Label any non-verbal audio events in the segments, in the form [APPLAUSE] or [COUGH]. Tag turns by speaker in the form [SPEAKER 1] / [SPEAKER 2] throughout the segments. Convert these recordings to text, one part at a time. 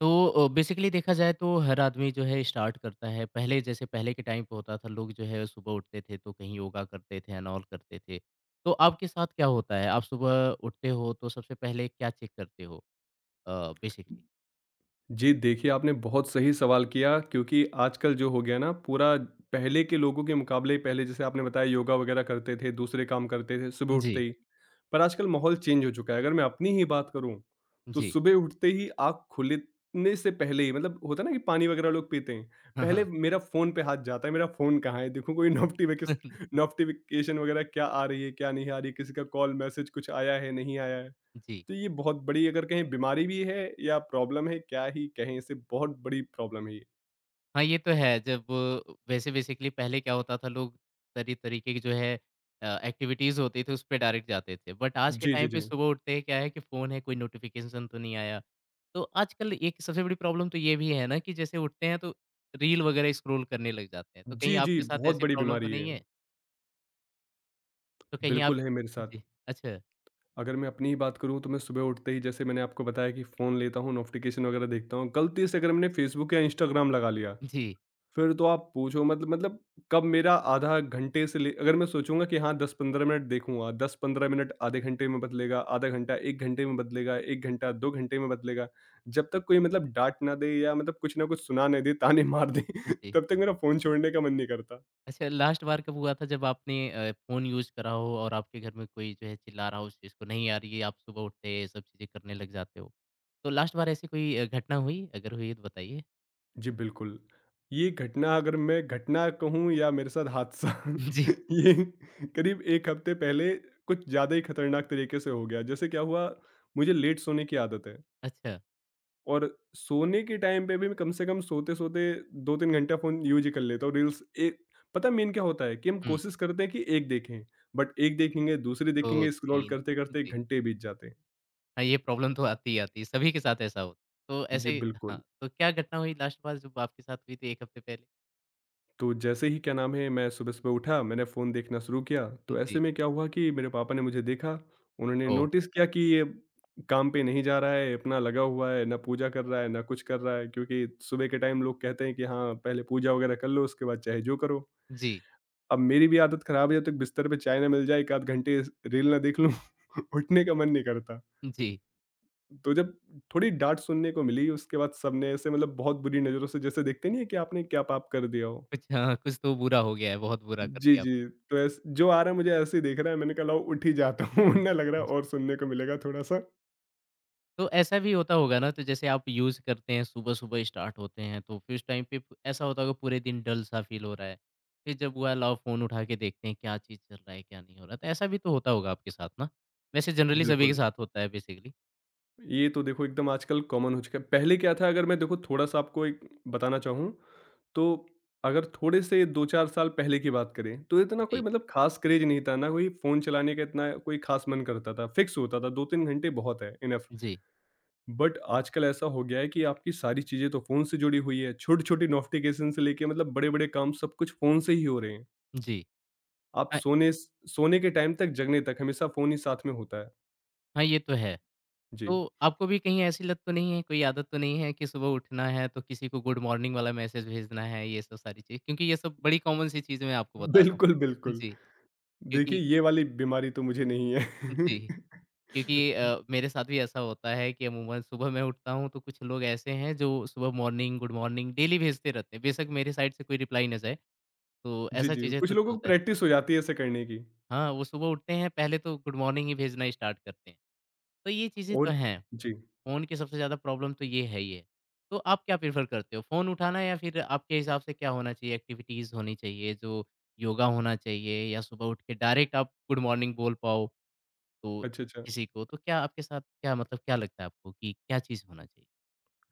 [SPEAKER 1] तो बेसिकली देखा जाए तो हर आदमी जो है स्टार्ट करता है। पहले जैसे पहले के टाइम पे होता था लोग जो है सुबह उठते थे तो कहीं योगा करते थे एंड ऑल करते थे। तो आपके साथ क्या होता है? आप सुबह उठते हो तो सबसे पहले क्या चेक करते हो बेसिकली?
[SPEAKER 2] जी, देखिए आपने बहुत सही सवाल किया क्योंकि आजकल जो हो गया ना पूरा पहले के लोगों के मुकाबले पहले जैसे आपने बताया योगा वगैरह करते थे, दूसरे काम करते थे सुबह उठते
[SPEAKER 1] जी।
[SPEAKER 2] ही। पर आजकल माहौल चेंज हो चुका है। अगर मैं अपनी ही बात करूँ, तो
[SPEAKER 1] जी।
[SPEAKER 2] सुबह उठते ही आँख खुलने से पहले ही मतलब होता है ना कि पानी वगैरह लोग पीते हैं।
[SPEAKER 1] हाँ,
[SPEAKER 2] पहले
[SPEAKER 1] हाँ।
[SPEAKER 2] मेरा फ़ोन पे हाथ जाता है, मेरा फ़ोन कहाँ है? देखूँ कोई नोटिफ़िकेस
[SPEAKER 1] [LAUGHS]
[SPEAKER 2] नोटिफ़िकेशन वगैरह क्या आ रही है, क्या नहीं आ रही है? किसी का कॉल, मैसेज कुछ आया है, नहीं आया है?
[SPEAKER 1] जी।
[SPEAKER 2] तो ये बहुत बड़ी अगर कहें बीमारी भी है या प्रॉब्लम है क्या ही कहें इसे बहुत बड़ी प्रॉब्लम है ये।
[SPEAKER 1] हाँ, ये तो है। जब वैसे बेसिकली पहले क्या होता था लोग तरी-तरीके की जो है एक्टिविटीज़ होती थी, उस पे डायरेक्ट जाते थे। बट आज के
[SPEAKER 2] जी,
[SPEAKER 1] टाइम
[SPEAKER 2] जी,
[SPEAKER 1] पे
[SPEAKER 2] जी।
[SPEAKER 1] सुबह उठते ही क्या है कि फ़ोन है, कोई नोटिफ़िकेशन तो नहीं आया। तो आजकल एक सबसे बड़ी प्रॉब्लम तो ये भी है ना कि जैसे उठते हैं तो रील वगैरह स्क्रॉल करने लग जाते हैं। तो कहीं
[SPEAKER 2] जी, जी,
[SPEAKER 1] आपके साथ
[SPEAKER 2] बहुत
[SPEAKER 1] ऐसी
[SPEAKER 2] बड़ी
[SPEAKER 1] प्रॉब्लम तो
[SPEAKER 2] बीमारी
[SPEAKER 1] नहीं
[SPEAKER 2] है।
[SPEAKER 1] है? तो कहीं आप
[SPEAKER 2] बिल्कुल है मेरे साथ।
[SPEAKER 1] जी, अच्छा।
[SPEAKER 2] अगर मैं अपनी ही बात करूँ तो मैं सुबह उठते ही जैसे मैंने आपको बताया कि फ़ोन लेता हूँ, नोटिफ़िकेशन वगैरह देखता हूँ। गलती से अगर मैंने फ़ेसबुक या इंस्टाग्राम लगा लिया
[SPEAKER 1] जी,
[SPEAKER 2] फिर तो आप पूछो मतलब कब मेरा आधा घंटे से ले अगर मैं सोचूंगा कि हाँ 10-15 मिनट देखूंगा 10-15 मिनट आधे घंटे में बदलेगा आधा घंटा 1 घंटे में बदलेगा 1 घंटा 2 घंटे में बदलेगा जब तक कोई मतलब डांट ना दे या मतलब कुछ ना कुछ सुना ना दे ताने मार दे [LAUGHS]
[SPEAKER 1] जी।
[SPEAKER 2] तब तक मेरा फ़ोन छोड़ने का मन नहीं करता।
[SPEAKER 1] अच्छा, लास्ट बार कब हुआ था जब आपने फ़ोन यूज़ करा हो और आपके घर में कोई जो है चिल्ला रहा हो उस चीज़ को, "नहीं यार, ये आप सुबह उठते ये सब चीज़ें करने लग जाते हो।" तो लास्ट बार ऐसी कोई घटना हुई? अगर हुई है तो बताइए?
[SPEAKER 2] जी बिल्कुल। ये घटना अगर मैं घटना कहूँ या मेरे साथ हादसा [LAUGHS]
[SPEAKER 1] [LAUGHS] जी।
[SPEAKER 2] ये करीब 1 हफ्ते पहले कुछ ज़्यादा ही खतरनाक तरीके से हो गया। जैसे क्या हुआ मुझे लेट सोने की आदत है।
[SPEAKER 1] अच्छा।
[SPEAKER 2] और सोने के टाइम पे भी मैं कम से कम सोते-सोते 2-3 घंटा फ़ोन यूज़ ही कर लेता हूँ रील्स एक पता है मेन क्या होता है कि हम
[SPEAKER 1] हुँ,
[SPEAKER 2] कोशिश करते हैं कि एक देखें, बट एक देखेंगे, दूसरी
[SPEAKER 1] 2,
[SPEAKER 2] देखेंगे, स्क्रॉल
[SPEAKER 1] 3।
[SPEAKER 2] करते-करते
[SPEAKER 1] जी।
[SPEAKER 2] घंटे बीत जाते हैं।
[SPEAKER 1] हाँ, ये प्रॉब्लम तो आती ही आती है, सभी के साथ ऐसा हो। तो
[SPEAKER 2] जी,
[SPEAKER 1] ऐसे
[SPEAKER 2] बिल्कुल।
[SPEAKER 1] हाँ, तो क्या घटना हुई लास्ट बार जब आपके साथ हुई थी 1 हफ़्ते पहले?
[SPEAKER 2] तो जैसे ही क्या नाम है मैं सुबह-सुबह उठा, मैंने फ़ोन देखना शुरू किया, तो
[SPEAKER 1] जी।
[SPEAKER 2] ऐसे में क्या हुआ कि मेरे पापा ने मुझे देखा, उन्होंने
[SPEAKER 1] ओह!
[SPEAKER 2] नोटिस किया कि ये काम पे नहीं जा रहा है, अपना लगा हुआ है, ना पूजा कर रहा है, ना कुछ कर रहा है क्योंकि सुबह के टाइम लोग कहते हैं कि हाँ, पहले पूजा वगैरह कर लो उसके बाद चाहे जो करो।
[SPEAKER 1] जी,
[SPEAKER 2] अब मेरी भी आदत खराब है या तो बिस्तर पे चाय ना मिल जाए, 1 आध घंटे रील ना देख लूँ, [LAUGHS] उठने का मन नहीं करता।
[SPEAKER 1] जी।
[SPEAKER 2] तो जब थोड़ी डाँट सुनने को मिली, उसके बाद सबने ऐसे मतलब बहुत बुरी नज़रों से जैसे देखते नहीं है कि आपने क्या पाप कर दिया हो।
[SPEAKER 1] कुछ हाँ, कुछ तो बुरा हो गया है, बहुत बुरा कर
[SPEAKER 2] जी,
[SPEAKER 1] दिया आपने।
[SPEAKER 2] जी। तो ऐस जो आ रहा है मुझे ऐसे ही देख रहा है, मैंने कहा लाओ उठ ही जाता हूँ, [LAUGHS] वरना लग रहा है और सुनने को मिलेगा थोड़ा-सा।
[SPEAKER 1] तो ऐसा भी होता होगा ना, तो जैसे आप यूज़ करते हैं सुबह-सुबह स्टार्ट होते हैं तो फिर उस टाइम पे प ऐसा होता होगा पूरे दिन डल सा फ़ील हो रहा है। फिर जब वो लाओ फ़ोन उठा के देखते हैं क्या चीज़ चल रहा है, क्या नहीं हो रहा? तो ऐसा भी तो होता होगा आपके साथ ना? वैसे जनरली सभी के
[SPEAKER 2] बिल्कुल।
[SPEAKER 1] साथ होता है बेसिकली।
[SPEAKER 2] ये तो देखो एकदम आजकल कॉमन हो चुका है। पहले क्या था अगर मैं देखो थोड़ा-सा आपको एक बताना चाहूँ, तो अगर थोड़े से 2-4 साल पहले की बात करें, तो इतना कोई
[SPEAKER 1] जी,
[SPEAKER 2] मतलब ख़ास क्रेज़ नहीं था, ना कोई फ़ोन चलाने का इतना कोई ख़ास मन करता था। फ़िक्स होता था 2-3 घंटे बहुत है, इनफ़।
[SPEAKER 1] जी,
[SPEAKER 2] बट आजकल ऐसा हो गया है कि आपकी सारी चीज़ें तो फ़ोन से जुड़ी हुई है, छोटी-छोटी नोटिफ़िकेशन से लेके मतलब बड़े-बड़े काम सब कुछ फ़ोन से ही हो रहे हैं।
[SPEAKER 1] जी।
[SPEAKER 2] आप
[SPEAKER 1] हाँ,
[SPEAKER 2] सोने के टाइम तक, जगने तक हमेशा फ़ोन ही साथ में होता है।
[SPEAKER 1] हाँ, ये तो है।
[SPEAKER 2] जी।
[SPEAKER 1] तो आपको भी कहीं ऐसी लत तो नहीं है, कोई आदत तो नहीं है कि सुबह उठना है तो किसी को गुड मॉर्निंग वाला मैसेज भेजना है ये सब सारी चीज़? क्योंकि ये सब बड़ी कॉमन सी चीज़ें मैं आपको बता रहा
[SPEAKER 2] बिल्कुल,
[SPEAKER 1] हूँ।
[SPEAKER 2] बिल्कुल।
[SPEAKER 1] जी,
[SPEAKER 2] देखिए,
[SPEAKER 1] क्योंकि
[SPEAKER 2] ये वाली बीमारी तो मुझे नहीं है।
[SPEAKER 1] जी। क्योंकि
[SPEAKER 2] [LAUGHS]
[SPEAKER 1] मेरे साथ भी ऐसा होता है कि अमूमन सुबह मैं उठता हूँ तो कुछ लोग ऐसे हैं जो सुबह मॉर्निंग गुड मॉर्निंग डेली भेजते रहते हैं। बेशक मेरी साइड से कोई रिप्लाई ना जाए तो
[SPEAKER 2] जी,
[SPEAKER 1] ऐसा
[SPEAKER 2] जी।
[SPEAKER 1] चीज़ें
[SPEAKER 2] कुछ
[SPEAKER 1] तो
[SPEAKER 2] लोगों को
[SPEAKER 1] चलता रह
[SPEAKER 2] प्रैक्टिस हो जाती है ऐसे करने की
[SPEAKER 1] हाँ, वो सुबह उठते हैं पहले तो गुड मॉर्निंग ही भेजना स्टार्ट करते हैं। तो ये चीज़ें तो
[SPEAKER 2] और
[SPEAKER 1] हैं।
[SPEAKER 2] जी।
[SPEAKER 1] फ़ोन की सबसे ज़्यादा प्रॉब्लम तो ये है ही है। तो आप क्या प्रेफ़र करते हो? फ़ोन उठाना या फिर आपके हिसाब से क्या होना चाहिए? एक्टिविटीज़ होनी चाहिए जो योगा होना चाहिए या सुबह उठ के डायरेक्ट आप गुड मॉर्निंग बोल पाओ? तो
[SPEAKER 2] अच्छा, अच्छा।
[SPEAKER 1] किसी को, तो क्या आपके साथ क्या मतलब क्या लगता है आपको कि क्या चीज़ होना चाहिए?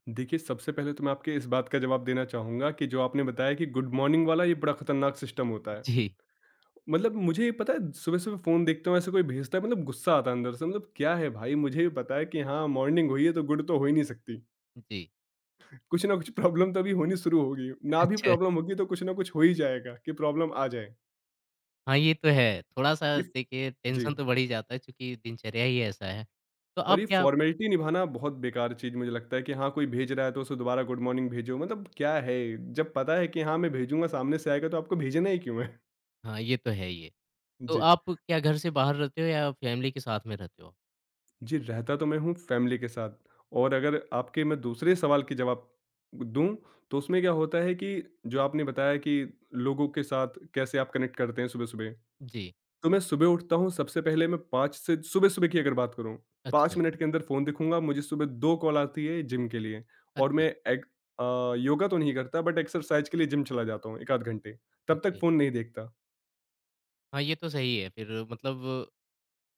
[SPEAKER 2] देखिए, सबसे पहले तो मैं आपके इस बात का जवाब देना चाहूँगा कि जो आपने बताया कि गुड मॉर्निंग वाला ये बड़ा खतरनाक सिस्टम होता
[SPEAKER 1] [LAUGHS]
[SPEAKER 2] है।
[SPEAKER 1] जी,
[SPEAKER 2] मतलब मुझे ये पता है सुबह-सुबह फ़ोन देखता हूँ ऐसे कोई भेजता है मतलब गुस्सा आता है अंदर से मतलब क्या है भाई मुझे भी पता है कि हाँ, मॉर्निंग हुई है तो गुड तो हो ही नहीं सकती।
[SPEAKER 1] जी।
[SPEAKER 2] कुछ ना कुछ प्रॉब्लम तो अभी होनी शुरू होगी। ना भी
[SPEAKER 1] अच्छा,
[SPEAKER 2] प्रॉब्लम होगी तो कुछ ना कुछ हो ही जाएगा कि प्रॉब्लम आ जाए।
[SPEAKER 1] हाँ, ये तो है। थोड़ा-सा
[SPEAKER 2] इफ
[SPEAKER 1] देखिए
[SPEAKER 2] जी।
[SPEAKER 1] टेंशन तो बढ़ ही जाता है चूँकि दिनचर्या ही ऐसा है। तो
[SPEAKER 2] और
[SPEAKER 1] आप
[SPEAKER 2] ये
[SPEAKER 1] क्या
[SPEAKER 2] फॉर्मेलिटी निभाना बहुत बेकार चीज़ मुझे लगता है कि हाँ, कोई भेज रहा है तो उसे दोबारा गुड मॉर्निंग भेजो, मतलब क्या है? जब पता है कि हाँ, मैं भेजूँगा सामने से आएगा तो आपको भेजना ही क्यों है?
[SPEAKER 1] हाँ, ये तो है ही है।
[SPEAKER 2] [LAUGHS]
[SPEAKER 1] तो
[SPEAKER 2] जी।
[SPEAKER 1] आप क्या घर से बाहर रहते हो या फैमिली के साथ में रहते हो?
[SPEAKER 2] जी, रहता तो मैं हूँ फैमिली के साथ और अगर आपके मैं दूसरे सवाल के जवाब दूँ, तो उसमें क्या होता है कि जो आपने बताया कि लोगों के साथ कैसे आप कनेक्ट करते हैं सुबह-सुबह।
[SPEAKER 1] जी।
[SPEAKER 2] तो मैं सुबह उठता हूँ, सबसे पहले मैं 5 से सुबह-सुबह की अगर बात करूँ, 5
[SPEAKER 1] अच्छा,
[SPEAKER 2] मिनट के अंदर फ़ोन देखूँगा, मुझे सुबह 2 कॉल आती है जिम के लिए और
[SPEAKER 1] अच्छा,
[SPEAKER 2] मैं एक योगा तो नहीं करता बट एक्सरसाइज के लिए जिम चला जाता हूँ 1 आध घंटे, तब तक
[SPEAKER 1] ओके।
[SPEAKER 2] फ़ोन नहीं देखता।
[SPEAKER 1] हाँ, ये तो सही है फिर मतलब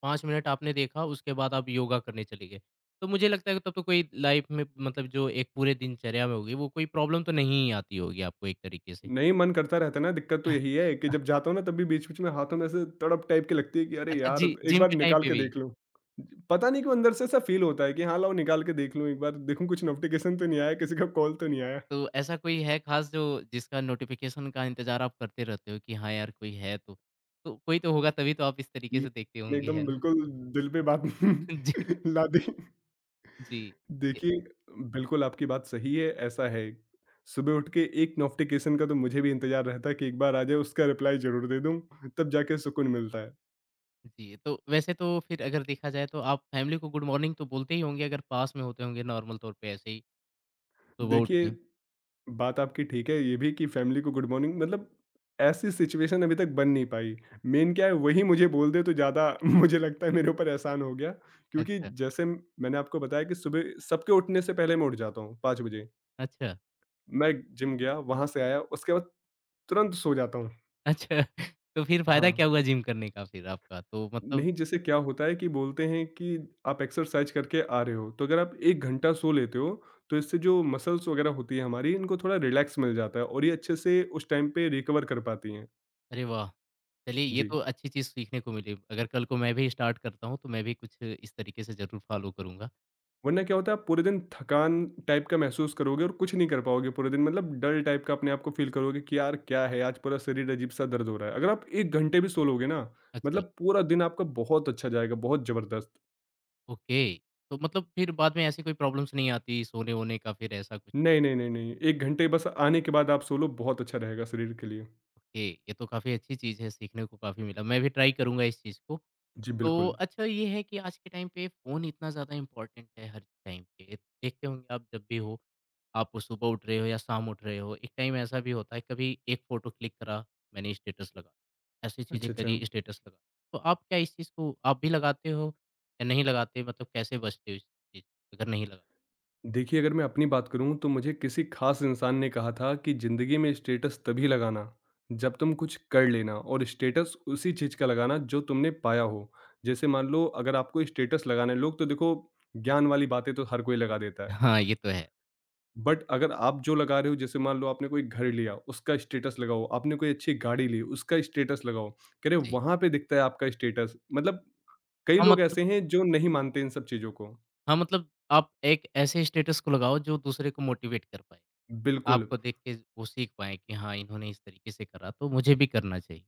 [SPEAKER 1] 5 मिनट आपने देखा उसके बाद आप योगा करने चले गए। तो मुझे लगता है कि तब तो कोई लाइफ में मतलब जो एक पूरे दिनचर्या में होगी वो कोई प्रॉब्लम तो नहीं आती होगी आपको एक तरीके से।
[SPEAKER 2] नहीं मन करता रहता है ना, दिक्कत तो यही
[SPEAKER 1] [LAUGHS]
[SPEAKER 2] है कि जब जाता हूँ ना, तब भी बीच-बीच में हाथों में ऐसे तड़प टाइप की लगती है कि अरे
[SPEAKER 1] अच्छा
[SPEAKER 2] यार!
[SPEAKER 1] जी,
[SPEAKER 2] एक
[SPEAKER 1] जिम
[SPEAKER 2] बार
[SPEAKER 1] के टाइम
[SPEAKER 2] निकाल
[SPEAKER 1] पे
[SPEAKER 2] के
[SPEAKER 1] भी?
[SPEAKER 2] देख लूँ। पता नहीं क्यों अंदर से ऐसा फ़ील होता है कि हाँ, लाओ निकाल के देख लूँ एक बार, देखूँ कुछ नोटिफ़िकेशन तो नहीं आया, किसी का कॉल तो नहीं आया।
[SPEAKER 1] तो ऐसा कोई है खास जो जिसका नोटिफ़िकेशन का इंतज़ार आप करते रहते हो कि हाँ यार कोई है तो? तो कोई तो होगा तभी तो आप इस तरीके
[SPEAKER 2] ये
[SPEAKER 1] से देखते
[SPEAKER 2] आपने
[SPEAKER 1] होंगे, है
[SPEAKER 2] एकदम
[SPEAKER 1] ना?
[SPEAKER 2] बिल्कुल दिल पे बात
[SPEAKER 1] [LAUGHS] जी,
[SPEAKER 2] [LAUGHS] ला दी।
[SPEAKER 1] जी। ए,
[SPEAKER 2] देखिए, बिल्कुल आपकी बात सही है, ऐसा है। सुबह उठ के एक नोटिफ़िकेशन का तो मुझे भी इंतज़ार रहता है कि एक बार आ जाए उसका रिप्लाई ज़रूर दे दूँ, तब जाके सुकून मिलता है।
[SPEAKER 1] जी, तो वैसे तो फिर अगर देखा जाए तो आप फैमिली को गुड मॉर्निंग तो बोलते ही होंगे अगर पास में होते होंगे नॉर्मल तौर पे ऐसे ही सुबह उठ
[SPEAKER 2] देखिए,
[SPEAKER 1] के?
[SPEAKER 2] बात आपकी ठीक है ये भी कि फ़ैमिली को गुड मॉर्निंग मतलब ऐसी सिचुएशन अभी तक बन नहीं पाई। मेन क्या है वही मुझे बोल दे तो ज़्यादा [LAUGHS] मुझे लगता है मेरे ऊपर एहसान हो गया क्योंकि
[SPEAKER 1] अच्छा।
[SPEAKER 2] जैसे मैंने आपको बताया कि सुबह सबके उठने से पहले मैं उठ जाता हूँ 5 बजे।
[SPEAKER 1] अच्छा,
[SPEAKER 2] मैं जिम गया, वहाँ से आया, उसके बाद तुरंत सो जाता हूँ।
[SPEAKER 1] अच्छा। [LAUGHS] तो फिर फ़ायदा
[SPEAKER 2] हाँ,
[SPEAKER 1] क्या हुआ जिम करने का फिर आपका? तो मतलब
[SPEAKER 2] नहीं जैसे क्या होता है कि बोलते हैं कि आप एक्सरसाइज़ करके आ रहे हो, तो अगर आप 1 घंटा सो लेते हो, तो इससे जो मसल्स वगैरह होती है हमारी, इनको थोड़ा रिलैक्स मिल जाता है और ये अच्छे से उस टाइम पे रिकवर कर पाती हैं।
[SPEAKER 1] अरे वाह! चलिए ये
[SPEAKER 2] जी,
[SPEAKER 1] तो अच्छी चीज़ सीखने को मिली। अगर कल को मैं भी स्टार्ट करता हूँ, तो मैं भी कुछ इस तरीके से ज़रूर फ़ॉलो करूँगा।
[SPEAKER 2] वरना क्या होता है आप पूरे दिन थकान टाइप का महसूस करोगे और कुछ नहीं कर पाओगे पूरे दिन, मतलब डल टाइप का अपने आप को फ़ील करोगे कि यार क्या है, आज पूरा शरीर अजीब-सा दर्द हो रहा है। अगर आप 1 घंटे भी सो लोगे ना,
[SPEAKER 1] अच्छा,
[SPEAKER 2] मतलब पूरा दिन आपका बहुत अच्छा जाएगा, बहुत ज़बरदस्त।
[SPEAKER 1] ओके। तो मतलब फिर बाद में ऐसी कोई प्रॉब्लम्स नहीं आती सोने-वोने का फिर ऐसा कुछ?
[SPEAKER 2] नहीं, नहीं, नहीं, नहीं। 1 घंटे बस आने के बाद आप सो लो, बहुत अच्छा रहेगा शरीर के लिए।
[SPEAKER 1] ओके, ये तो काफ़ी अच्छी चीज़ है, सीखने को काफ़ी मिला। मैं भी ट्राई करूँगा इस चीज़ को।
[SPEAKER 2] जी,
[SPEAKER 1] तो
[SPEAKER 2] बिल्कुल।
[SPEAKER 1] अच्छा ये है कि आज के टाइम पे फ़ोन इतना ज़्यादा इम्पोर्टेंट है हर टाइम पे। एक- देखते होंगे आप जब भी हो, आप वो सुबह उठ रहे हो या शाम उठ रहे हो, एक टाइम ऐसा भी होता है कभी एक फ़ोटो क्लिक करा, मैंने स्टेटस लगा, ऐसी चीज़ें
[SPEAKER 2] अच्छा,
[SPEAKER 1] करी
[SPEAKER 2] अच्छा।
[SPEAKER 1] स्टेटस लगा। तो आप क्या इस चीज़ को आप भी लगाते हो या नहीं लगाते? मतलब कैसे बचते हो इस चीज़ अगर नहीं लगा?
[SPEAKER 2] देखिए, अगर मैं अपनी बात करूँ, तो मुझे किसी ख़ास इंसान ने कहा था कि ज़िंदगी में स्टेटस तभी लगाना, जब तुम कुछ कर लेना और स्टेटस उसी चीज़ का लगाना, जो तुमने पाया हो। जैसे मान लो, अगर आपको स्टेटस लगाना है लोग तो देखो, ज्ञान वाली बातें तो हर कोई लगा देता
[SPEAKER 1] [LAUGHS]
[SPEAKER 2] है।
[SPEAKER 1] हाँ, ये तो है।
[SPEAKER 2] बट अगर आप जो लगा रहे हो, जैसे मान लो आपने कोई घर लिया, उसका स्टेटस लगाओ, आपने कोई अच्छी गाड़ी ली, उसका स्टेटस लगाओ। कह रहे,
[SPEAKER 1] जी।
[SPEAKER 2] वहाँ पे दिखता है आपका स्टेटस। मतलब कई
[SPEAKER 1] हाँ,
[SPEAKER 2] लोग
[SPEAKER 1] मतलब
[SPEAKER 2] ऐसे हैं जो नहीं मानते इन सब चीज़ों को।
[SPEAKER 1] हाँ, मतलब आप एक ऐसे स्टेटस को लगाओ जो दूसरे को मोटिवेट कर पाए।
[SPEAKER 2] बिल्कुल,
[SPEAKER 1] आपको देख के वो सीख पाएँ कि हाँ, इन्होंने इस तरीके से करा तो मुझे भी करना चाहिए।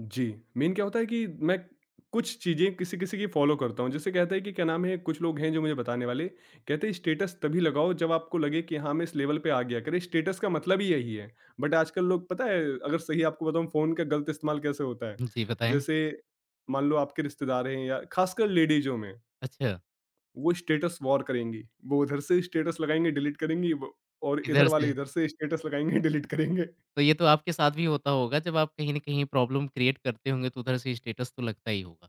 [SPEAKER 2] जी। मेन क्या होता है कि मैं कुछ चीज़ें किसी-किसी की फ़ॉलो करता हूँ। जैसे कहते हैं कि क्या नाम है, कुछ लोग हैं जो मुझे बताने वाले, कहते हैं स्टेटस तभी लगाओ जब आपको लगे कि हाँ, मैं इस लेवल पे आ गया। कह रहे स्टेटस का मतलब ही यही है। बट आजकल लोग पता है अगर सही आपको बताऊँ फ़ोन का गलत इस्तेमाल कैसे होता है।
[SPEAKER 1] जी, बताएँ?
[SPEAKER 2] जैसे मान लो आपके रिश्तेदार हैं या खासकर लेडीज़ों में,
[SPEAKER 1] अच्छा,
[SPEAKER 2] वो स्टेटस वॉर करेंगी। वो उधर से स्टेटस लगाएँगी, डिलीट करेंगी व और
[SPEAKER 1] इधर
[SPEAKER 2] इधर वाले
[SPEAKER 1] से
[SPEAKER 2] इधर से स्टेटस लगाएँगे, [LAUGHS] डिलीट करेंगे।
[SPEAKER 1] तो ये तो आपके साथ भी होता होगा जब आप कहीं न कहीं प्रॉब्लम क्रिएट करते होंगे तो उधर से स्टेटस तो लगता ही होगा।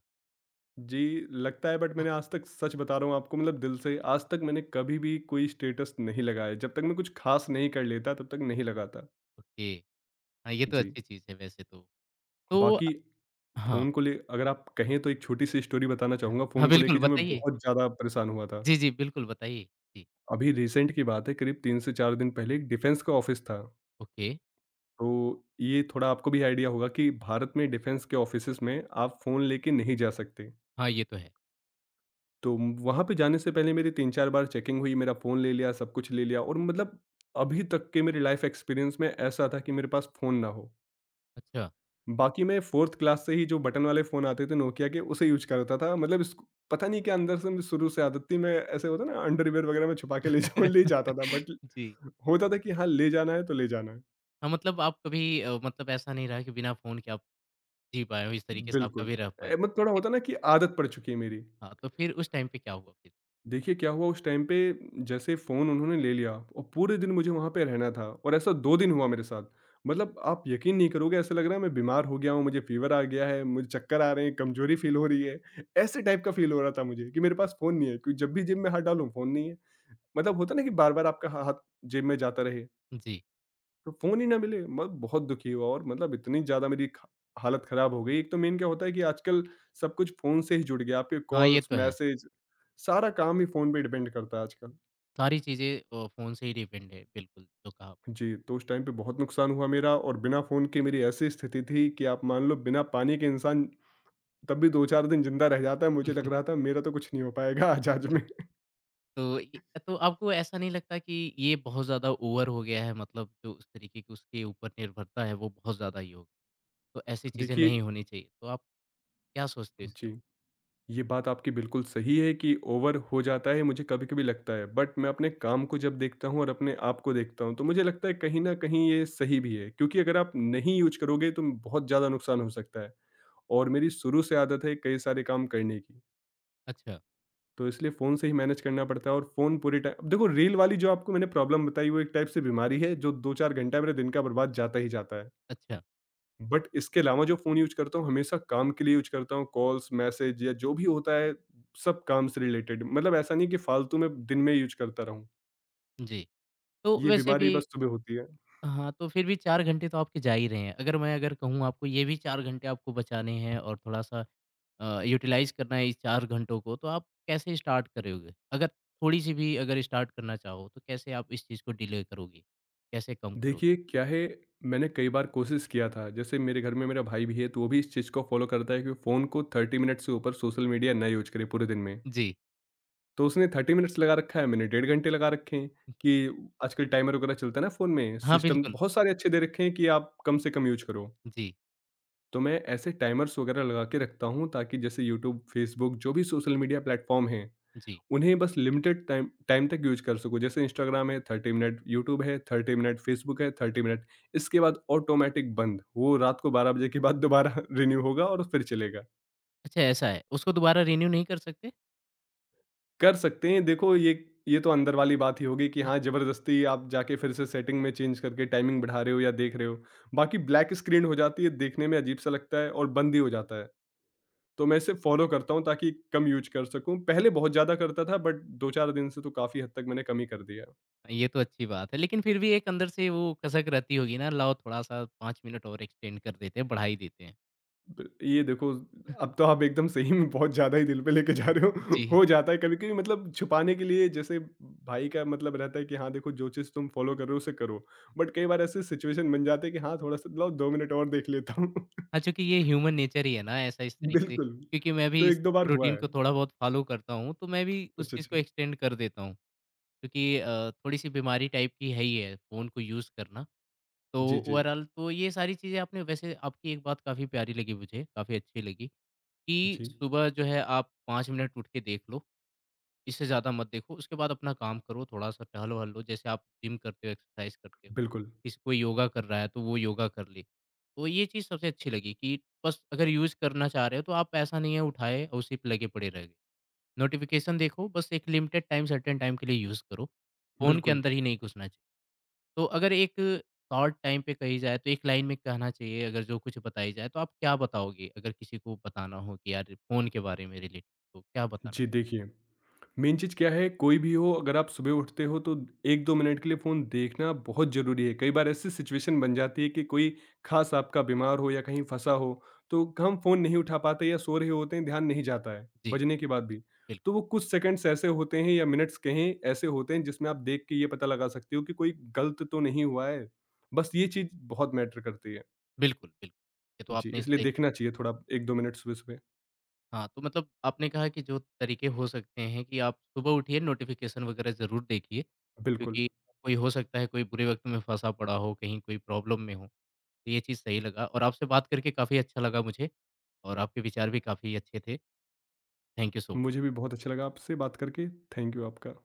[SPEAKER 2] जी, लगता है बट मैंने आज तक सच बता रहा हूँ आपको मतलब दिल से, आज तक मैंने कभी भी कोई स्टेटस नहीं लगाया। जब तक मैं कुछ ख़ास नहीं कर लेता तब तक नहीं लगाता।
[SPEAKER 1] ओके, हाँ, ये तो
[SPEAKER 2] जी,
[SPEAKER 1] अच्छी चीज़ है वैसे तो। तो
[SPEAKER 2] बाकी
[SPEAKER 1] हाँ,
[SPEAKER 2] फ़ोन को ले अगर आप कहें तो एक छोटी-सी स्टोरी बताना चाहूँगा
[SPEAKER 1] हाँ,
[SPEAKER 2] फ़ोन को
[SPEAKER 1] बिल्कुल
[SPEAKER 2] लेके जो मैं
[SPEAKER 1] बताइए।
[SPEAKER 2] बहुत ज़्यादा परेशान हुआ था।
[SPEAKER 1] जी, जी, बिल्कुल बताइए। जी,
[SPEAKER 2] अभी रिसेंट की बात है करीब 3 से 4 दिन पहले एक डिफेंस का ऑफ़िस था।
[SPEAKER 1] ओके,
[SPEAKER 2] तो ये थोड़ा आपको भी आइडिया होगा कि भारत में डिफेंस के ऑफ़िसेज़ में आप फ़ोन लेके नहीं जा सकते।
[SPEAKER 1] हाँ, ये तो है।
[SPEAKER 2] तो वहाँ पे जाने से पहले मेरी 3-4 बार चेकिंग हुई, मेरा फ़ोन ले लिया, सब कुछ ले लिया और मतलब अभी तक के मेरे लाइफ़ एक्सपीरियंस में ऐसा था कि मेरे पास फ़ोन ना हो।
[SPEAKER 1] अच्छा।
[SPEAKER 2] बाकी मैं 4th क्लास से ही जो बटन वाले फ़ोन आते थे नोकिया के, उसे यूज़ करता था। मतलब इस पता नहीं क्या अंदर से मुझे शुरू से आदत थी, मैं ऐसे होता है ना अंडरवियर वगैरह में छुपा के ले जाता था। बट
[SPEAKER 1] [LAUGHS] जी,
[SPEAKER 2] होता था कि हाँ, ले जाना है तो ले जाना है।
[SPEAKER 1] हाँ, मतलब आप कभी मतलब ऐसा नहीं रहा कि बिना फ़ोन के आप जी पाए हो, इस तरीके से आप
[SPEAKER 2] बिल्कुल।
[SPEAKER 1] कभी रह पाएँ।
[SPEAKER 2] मतलब
[SPEAKER 1] तो
[SPEAKER 2] थोड़ा
[SPEAKER 1] फिर
[SPEAKER 2] होता है ना कि आदत पड़ चुकी है मेरी।
[SPEAKER 1] हाँ, तो फिर उस टाइम पे क्या हुआ फिर?
[SPEAKER 2] देखिए क्या हुआ उस टाइम पे, जैसे फ़ोन उन्होंने ले लिया और पूरे दिन मुझे वहाँ पे रहना था और ऐसा 2 दिन हुआ मेरे साथ। मतलब आप यकीन नहीं करोगे, ऐसा लग रहा है मैं बीमार हो गया हूँ, मुझे फ़ीवर आ गया है, मुझे चक्कर आ रहे हैं, कमज़ोरी फ़ील हो रही है। ऐसे टाइप का फ़ील हो रहा था मुझे कि मेरे पास फ़ोन नहीं है, क्योंकि जब भी जेब में हाथ डालूँ फ़ोन नहीं है। मतलब होता है ना कि बार-बार आपका हा हाथ जेब में जाता रहे।
[SPEAKER 1] जी,
[SPEAKER 2] तो फ़ोन ही ना मिले, मैं बहुत दुखी हुआ और मतलब इतनी ज़्यादा मेरी ख हालत ख़राब हो गई। एक तो मेन क्या होता है कि आजकल सब कुछ फ़ोन से ही जुड़ गया। आपके
[SPEAKER 1] हाँ, ये
[SPEAKER 2] कॉल्स,
[SPEAKER 1] तो है।
[SPEAKER 2] मैसेज, सारा काम ही फ़ोन पे डिपेंड करता है आजकल।
[SPEAKER 1] सारी चीज़ें फ़ोन से ही डिपेंड है, बिल्कुल, जो कहा आप।
[SPEAKER 2] जी, तो उस टाइम पे बहुत नुकसान हुआ मेरा और बिना फ़ोन के मेरी ऐसी स्थिति थी कि आप मान लो बिना पानी के इंसान तब भी 2-4 दिन ज़िंदा रह जाता है। मुझे लग
[SPEAKER 1] [LAUGHS]
[SPEAKER 2] रहा था मेरा तो कुछ नहीं हो पाएगा [LAUGHS] आज आज
[SPEAKER 1] जी।
[SPEAKER 2] में।
[SPEAKER 1] तो इ तो आपको ऐसा नहीं लगता कि ये बहुत ज़्यादा ओवर हो गया है मतलब जो उस तरीके की उसके ऊपर निर्भरता है वो बहुत ज़्यादा ही हो, तो ऐसी
[SPEAKER 2] [LAUGHS]
[SPEAKER 1] चीज़ें
[SPEAKER 2] देखिए।
[SPEAKER 1] नहीं होनी चाहिए, तो आप क्या सोचते हो इसके बारे
[SPEAKER 2] जी।
[SPEAKER 1] में?
[SPEAKER 2] ये बात आपकी बिल्कुल सही है कि ओवर हो जाता है, मुझे कभी-कभी लगता है। बट मैं अपने काम को जब देखता हूँ और अपने आप को देखता हूँ तो मुझे लगता है कहीं न कहीं ये सही भी है। क्योंकि अगर आप नहीं यूज़ करोगे तो बहुत ज़्यादा नुकसान हो सकता है और मेरी शुरू से आदत है कई सारे काम करने की।
[SPEAKER 1] अच्छा,
[SPEAKER 2] तो इसलिए फ़ोन से ही मैनेज करना पड़ता है और फ़ोन पूरे टाइ देखो, रील वाली जो आपको मैंने प्रॉब्लम बताई वो एक टाइप से बीमारी है जो 2-4 घंटा मेरे दिन का बर्बाद जाता ही जाता है।
[SPEAKER 1] अच्छा।
[SPEAKER 2] बट इसके अलावा जो फ़ोन यूज़ करता हूँ, हमेशा काम के लिए यूज़ करता हूँ, कॉल्स, मैसेज या जो भी होता है, सब काम से रिलेटेड। मतलब ऐसा नहीं कि फालतू में दिन में यूज़ करता रहूँ,
[SPEAKER 1] में? जी, तो
[SPEAKER 2] ये
[SPEAKER 1] वैसे
[SPEAKER 2] बीमारी
[SPEAKER 1] भी
[SPEAKER 2] बस सुबह होती है।
[SPEAKER 1] हाँ, तो फिर भी 4 घंटे तो आपके जा ही रहे हैं, अगर मैं अगर कहूँ आपको ये भी 4 घंटे आपको बचाने हैं और थोड़ा-सा यूटिलाइज़ करना है इस 4 घंटों को, तो आप कैसे स्टार्ट करोगे? अगर थोड़ी-सी भी अगर स्टार्ट करना चाहो, तो कैसे आप इस चीज़ को डिले करोगे? कैसे कम करोगे?
[SPEAKER 2] देखिए, क्या है, मैंने कई बार कोशिश किया था, जैसे मेरे घर में मेरा भाई भी है, तो वो भी इस चीज़ को फ़ॉलो करता है कि फ़ोन को 30 मिनट से ऊपर सोशल मीडिया ना यूज़ करे पूरे दिन में।
[SPEAKER 1] जी।
[SPEAKER 2] तो उसने 30 मिनट्स लगा रखा है, मैंने डेढ़ घंटे लगा रखे हैं कि आजकल टाइमर वगैरह चलता है ना फ़ोन में,
[SPEAKER 1] हाँ,
[SPEAKER 2] सिस्टम
[SPEAKER 1] बिल्कुल।
[SPEAKER 2] बहुत सारे अच्छे दे रखे हैं कि आप कम से कम यूज़ करो।
[SPEAKER 1] जी,
[SPEAKER 2] तो मैं ऐसे टाइमर्स वगैरह लगा के रखता हूँ ताकि जैसे यूट्यूब, फ़ेसबुक जो भी सोशल मीडिया प्लेटफ़ॉर्म हैं,
[SPEAKER 1] जी।
[SPEAKER 2] उन्हें बस लिमिटेड टाइम टाइम तक यूज़ कर सकूँ। जैसे इंस्टाग्राम है 30 मिनट, यूट्यूब है 30 मिनट, फ़ेसबुक है 30 मिनट। इसके बाद ऑटोमेटिक बंद, वो रात को 12 बजे के बाद दोबारा [LAUGHS] रिन्यू होगा और फिर चलेगा।
[SPEAKER 1] अच्छा ऐसा है, उसको दोबारा रिन्यू नहीं कर सकते?
[SPEAKER 2] कर सकते हैं, देखो ये तो अंदर वाली बात ही होगी कि हाँ, ज़बरदस्ती आप जाके फिर से सेटिंग में चेंज करके टाइमिंग बढ़ा रहे हो या देख रहे हो। बाकी ब्लैक स्क्रीन हो जाती है, देखने में अजीब सा लगता है और बंद ही हो जाता है। तो मैं इसे फॉलो करता हूँ ताकि कम यूज़ कर सकूँ। पहले बहुत ज़्यादा करता था बट 2-4 दिन से तो काफ़ी हद तक मैंने कम ही कर दिया।
[SPEAKER 1] ये तो अच्छी बात है, लेकिन फिर भी एक अंदर से वो कसक रहती होगी ना, लाओ थोड़ा-सा 5 मिनट और एक्सटेंड कर देते हैं, बढ़ा ही देते हैं।
[SPEAKER 2] ब ये देखो, अब तो आप एकदम सही में बहुत ज़्यादा ही दिल पे लेके जा रहे हो।
[SPEAKER 1] जी।
[SPEAKER 2] [LAUGHS] हो जाता है कभी-कभी, मतलब छुपाने के लिए जैसे भाई का मतलब रहता है कि हाँ, देखो जो चीज़ तुम फॉलो कर रहे हो उसे करो। बट कई बार ऐसी सिचुएशन बन जाती है कि हाँ, थोड़ा-सा लाओ 2 मिनट और देख लेता हूँ।
[SPEAKER 1] हाँ, चूँकि ये ह्यूमन नेचर ही है ना ऐसा इस
[SPEAKER 2] [LAUGHS]
[SPEAKER 1] तरीके से,
[SPEAKER 2] बिल्कुल,
[SPEAKER 1] क्योंकि मैं
[SPEAKER 2] तो
[SPEAKER 1] भी इस
[SPEAKER 2] 1-2 बार हुआ
[SPEAKER 1] रूटीन
[SPEAKER 2] है।
[SPEAKER 1] को थोड़ा बहुत फ़ॉलो करता हूँ, तो मैं भी उस
[SPEAKER 2] अच्छा,
[SPEAKER 1] चीज़ को
[SPEAKER 2] अच्छा।
[SPEAKER 1] एक्सटेंड कर देता हूँ। क्योंकि थोड़ी-सी बीमारी टाइप की है ही है फ़ोन को यूज़ करना। तो
[SPEAKER 2] जी, जी।
[SPEAKER 1] ओवरॉल तो ये सारी चीज़ें आपने वैसे आपकी एक बात काफ़ी प्यारी लगी मुझे, काफ़ी अच्छी लगी कि
[SPEAKER 2] जी,
[SPEAKER 1] सुबह जो है आप 5 मिनट उठ के देख लो, इससे ज़्यादा मत देखो। उसके बाद अपना काम करो, थोड़ा-सा टहलो-वहलो जैसे आप जिम करते हो, एक्सरसाइज़ करते हो।
[SPEAKER 2] बिल्कुल,
[SPEAKER 1] किसी कोई योगा कर रहा है तो वो योगा कर ले। तो ये चीज़ सबसे अच्छी लगी कि बस अगर यूज़ करना चाह रहे हो तो आप ऐसा नहीं है उठाए और उसी पे लगे पड़े रह गए। नोटिफ़िकेशन देखो, बस एक लिमिटेड टाइम, सर्टेन टाइम के लिए यूज़ करो। फ़ोन के
[SPEAKER 2] बिल्कुल।
[SPEAKER 1] अंदर ही नहीं घुसना चाहिए। तो अगर एक शॉर्ट टाइम पे कही जाए तो एक लाइन में कहना चाहिए अगर जो कुछ बताई जाए, तो आप क्या बताओगे? अगर किसी को बताना हो कि यार फ़ोन के बारे में रिलेटेड तो क्या बताना
[SPEAKER 2] जी,
[SPEAKER 1] चाहिए?
[SPEAKER 2] देखिए, मेन चीज़ क्या है, कोई भी हो अगर आप सुबह उठते हो तो 1-2 मिनट के लिए फ़ोन देखना बहुत ज़रूरी है। कई बार ऐसी सिचुएशन बन जाती है कि कोई ख़ास आपका बीमार हो या कहीं फँसा हो, तो हम फ़ोन नहीं उठा पाते या सो रहे होते हैं, ध्यान नहीं जाता है,
[SPEAKER 1] जी,
[SPEAKER 2] बजने के बाद भी।
[SPEAKER 1] बिल्कुल,
[SPEAKER 2] तो वो कुछ सेकंड्स ऐसे होते हैं या मिनट्स कहें, ऐसे होते हैं जिसमें आप देख के ये पता लगा सकते हो कि कोई गलत तो नहीं हुआ है। बस ये चीज़ बहुत मैटर करती है।
[SPEAKER 1] बिल्कुल, बिल्कुल। ये तो
[SPEAKER 2] जी,
[SPEAKER 1] आपने
[SPEAKER 2] इसलिए
[SPEAKER 1] सही
[SPEAKER 2] देखना चाहिए थोड़ा 1-2 मिनट सुबह-सुबह।
[SPEAKER 1] हाँ, तो मतलब आपने कहा कि जो तरीके हो सकते हैं कि आप सुबह उठिए नोटिफ़िकेशन वगैरह ज़रूर देखिए,
[SPEAKER 2] बिल्कुल,
[SPEAKER 1] क्योंकि कोई हो सकता है कोई बुरे वक़्त में फँसा पड़ा हो, कहीं कोई प्रॉब्लम में हो। तो ये चीज़ सही लगा और आपसे बात करके काफ़ी अच्छा लगा मुझे और आपके विचार भी काफ़ी अच्छे थे। Thank you so much.
[SPEAKER 2] मुझे भी बहुत अच्छा लगा आपसे बात करके। थैंक यू आपका।